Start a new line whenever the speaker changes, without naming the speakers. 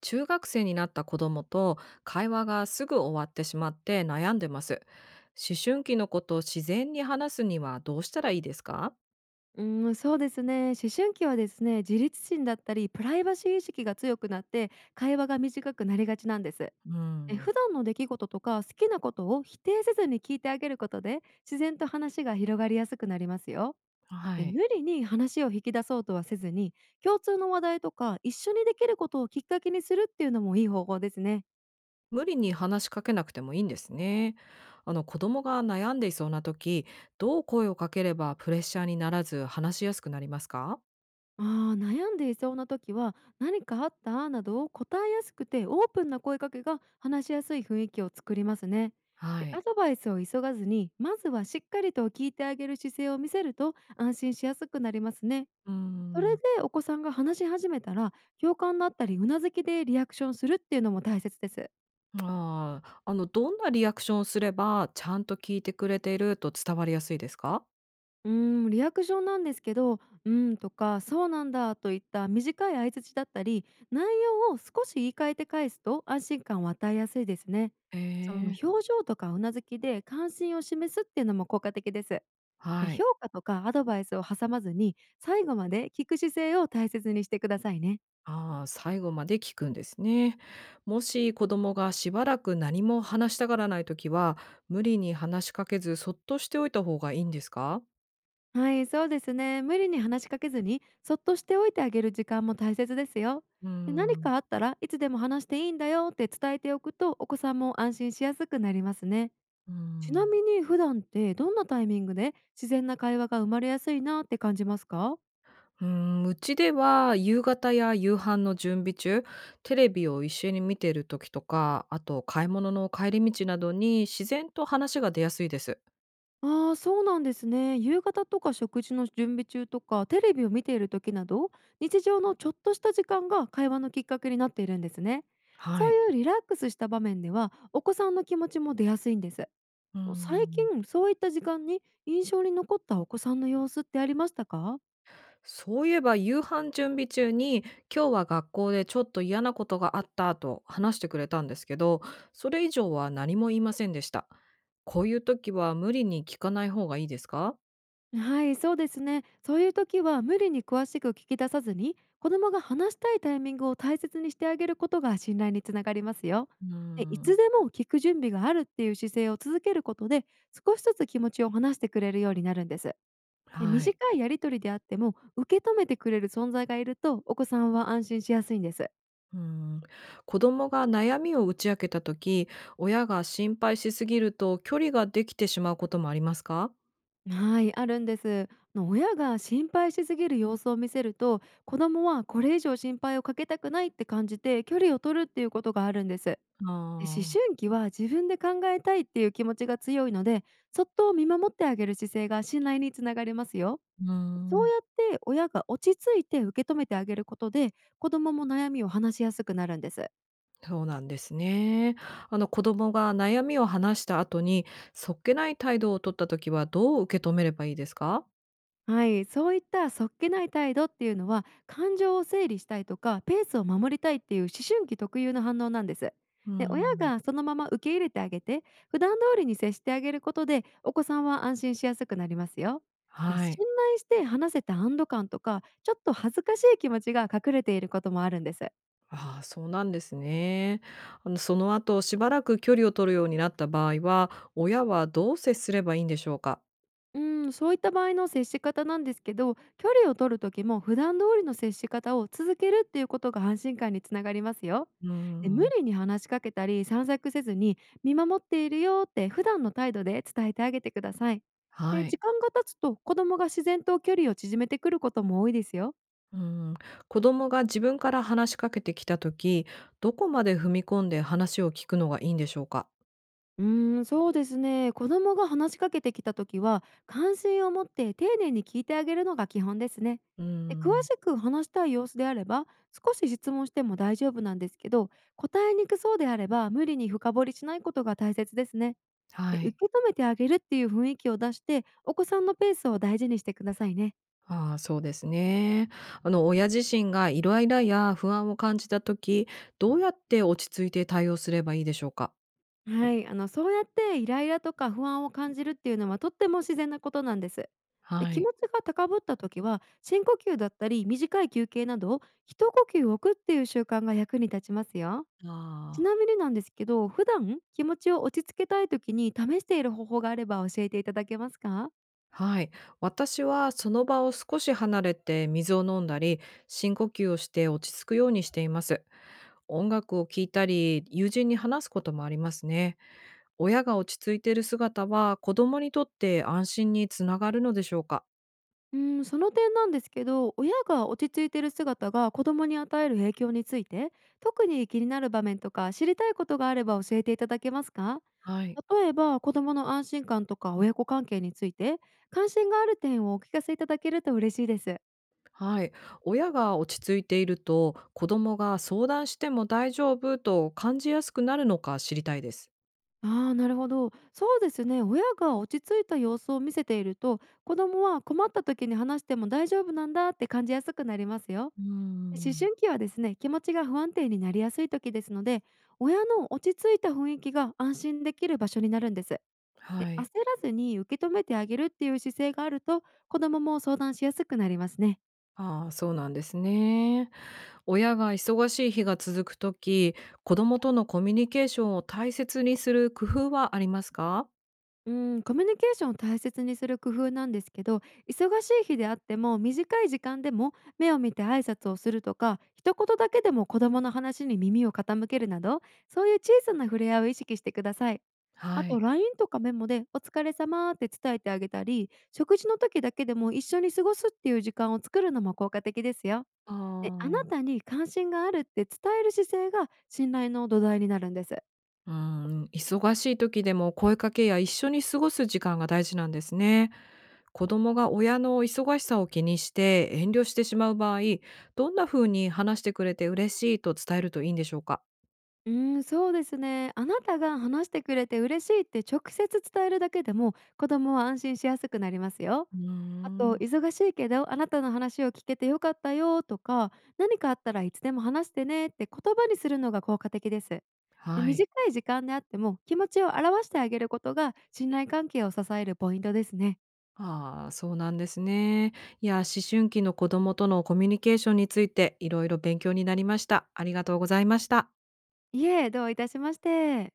中学生になった子供と会話がすぐ終わってしまって悩んでます。思春期のことを自然に話すにはどうしたらいいですか？
うん、そうですね。思春期はですね、自立心だったり、プライバシー意識が強くなって、会話が短くなりがちなんです。
うん。
普段の出来事とか好きなことを否定せずに聞いてあげることで、自然と話が広がりやすくなりますよ。
は
で
い。
無理に話を引き出そうとはせずに、共通の話題とか一緒にできることをきっかけにするっていうのもいい方法ですね。
無理に話しかけなくてもいいんですね。あの子供が悩んでいそうな時、どう声をかければプレッシャーにならず話しやすくなりますか？
ああ、悩んでいそうな時は「何かあった？」などを答えやすくてオープンな声かけが話しやすい雰囲気を作りますね。
は
で
い。
アドバイスを急がずにまずはしっかりと聞いてあげる姿勢を見せると安心しやすくなりますね。
うー
それ
ん。
でお子さんが話し始めたら共感だったりうなずきでリアクションするっていうのも大切です。
ああ、あのどんなリアクションをすればちゃんと聞いてくれていると伝わりやすいですか？
うーん、リアクションなんですけど、うーんとか、そうなんだといった短い相槌だったり、内容を少し言い換えて返すと安心感を与えやすいですね。
え
その
え。
表情とかうなずきで関心を示すっていうのも効果的です。で
はい。
評価とかアドバイスを挟まずに、最後まで聞く姿勢を大切にしてくださいね。
ああ、最後まで聞くんですね。もし子供がしばらく何も話したがらないときは、無理に話しかけず、そっとしておいた方がいいんですか？
はい、そうですね。無理に話しかけずに、そっとしておいてあげる時間も大切ですよ。
うー
で何
ん。
かあったらいつでも話していいんだよって伝えておくと、お子さんも安心しやすくなりますね。
うー
ちな
ん。
みに普段ってどんなタイミングで自然な会話が生まれやすいなって感じますか？
うーん、うちでは夕方や夕飯の準備中、テレビを一緒に見ている時とか、あと買い物の帰り道などに自然と話が出やすいです。
ああー、そうなんですね。夕方とか食事の準備中とか、テレビを見ている時など、日常のちょっとした時間が会話のきっかけになっているんですね。
は
そう
い。
いうリラックスした場面では、お子さんの気持ちも出やすいんです。
うー
最
ん。
近そういった時間に印象に残ったお子さんの様子ってありましたか？
そういえば夕飯準備中に、今日は学校でちょっと嫌なことがあったと話してくれたんですけど、それ以上は何も言いませんでした。こういう時は無理に聞かない方がいいですか？
はい、そうですね。そういう時は無理に詳しく聞き出さずに、子どもが話したいタイミングを大切にしてあげることが信頼につながりますよ。
うー
でいつ
ん。
でも聞く準備があるっていう姿勢を続けることで、少しずつ気持ちを話してくれるようになるんです。で
は
短
い。
いやり取りであっても受け止めてくれる存在がいると、お子さんは安心しやすいんです。
うーん。子供が悩みを打ち明けた時、親が心配しすぎると距離ができてしまうこともありますか？
はい、あるんです。あの、親が心配しすぎる様子を見せると、子供はこれ以上心配をかけたくないって感じて距離を取るっていうことがあるんです。
あ
で思
あー。
春期は自分で考えたいっていう気持ちが強いので、そっと見守ってあげる姿勢が信頼につながりますよ。
うー
そう
ん。
やって親が落ち着いて受け止めてあげることで、子供も悩みを話しやすくなるんです。
そうなんですね。あの子供が悩みを話した後に、そっけない態度を取った時はどう受け止めればいいですか？
はい、そういったそっけない態度っていうのは、感情を整理したいとかペースを守りたいっていう思春期特有の反応なんです。
う
で親
ん。
がそのまま受け入れてあげて、普段通りに接してあげることで、お子さんは安心しやすくなりますよ。で
はい。
信頼して話せた安堵感とかちょっと恥ずかしい気持ちが隠れていることもあるんです。
ああ、そうなんですね。あのその後しばらく距離を取るようになった場合は、親はどう接すればいいんでしょうか？
うん、そういった場合の接し方なんですけど、距離を取る時も普段通りの接し方を続けるっていうことが安心感につながりますよ。
う
で無
ん。
理に話しかけたり散策せずに、見守っているよって普段の態度で伝えてあげてください。
は
で
い。
時間が経つと、子供が自然と距離を縮めてくることも多いですよ。
うん、子供が自分から話しかけてきた時、どこまで踏み込んで話を聞くのがいいんでしょうか？
うーん、そうですね。子供が話しかけてきたときは、関心を持って丁寧に聞いてあげるのが基本ですね。
う
で詳
ん。
しく話したい様子であれば、少し質問しても大丈夫なんですけど、答えにくそうであれば、無理に深掘りしないことが大切ですね。で
は
受
い。
け止めてあげるっていう雰囲気を出して、お子さんのペースを大事にしてくださいね。
ああ、そうですね。あの、親自身がイライラや不安を感じた時、どうやって落ち着いて対応すればいいでしょうか？
はい、あのそうやってイライラとか不安を感じるっていうのは、とっても自然なことなんです。で
は
気
い。
持ちが高ぶった時は、深呼吸だったり短い休憩など、一呼吸置くっていう習慣が役に立ちますよ。ち
あ
な
あ。
みになんですけど、普段気持ちを落ち着けたい時に試している方法があれば教えていただけますか？
はい。私はその場を少し離れて水を飲んだり、深呼吸をして落ち着くようにしています。音楽を聴いたり、友人に話すこともありますね。親が落ち着いている姿は、子供にとって安心につながるのでしょうか？
うん、その点なんですけど、親が落ち着いてる姿が子供に与える影響について、特に気になる場面とか知りたいことがあれば教えていただけますか？
はい。
例えば、子供の安心感とか親子関係について、関心がある点をお聞かせいただけると嬉しいです。
はい。親が落ち着いていると、子供が相談しても大丈夫と感じやすくなるのか知りたいです。
ああ、なるほど。そうですね。親が落ち着いた様子を見せていると、子供は困った時に話しても大丈夫なんだって感じやすくなりますよ。
うー
思
ん。
春期はですね、気持ちが不安定になりやすい時ですので、親の落ち着いた雰囲気が安心できる場所になるんです。で
は
焦
い。
らずに受け止めてあげるっていう姿勢があると、子どもも相談しやすくなりますね。
ああ、そうなんですね。親が忙しい日が続くとき、子供とのコミュニケーションを大切にする工夫はありますか？
うん、コミュニケーションを大切にする工夫なんですけど、忙しい日であっても短い時間でも目を見て挨拶をするとか、一言だけでも子どもの話に耳を傾けるなど、そういう小さな触れ合いを意識してください。
は
あと
い。
LINE とかメモで「お疲れ様」って伝えてあげたり、食事の時だけでも一緒に過ごすっていう時間を作るのも効果的ですよ。
あ
であな
あ。
たに関心があるって伝える姿勢が信頼の土台になるんです。
うーん、忙しい時でも声かけや一緒に過ごす時間が大事なんですね。子供が親の忙しさを気にして遠慮してしまう場合、どんな風に話してくれて嬉しいと伝えるといいんでしょうか？
うーん、そうですね。あなたが話してくれて嬉しいって直接伝えるだけでも、子供は安心しやすくなりますよ。
うー
あと、
ん。
忙しいけどあなたの話を聞けてよかったよとか、何かあったらいつでも話してねって言葉にするのが効果的です。で
はい。
短い時間であっても気持ちを表してあげることが信頼関係を支えるポイントですね。
ああ、そうなんですね。いや、思春期の子供とのコミュニケーションについていろいろ勉強になりました。ありがとうございました。
いえ、どういたしまして。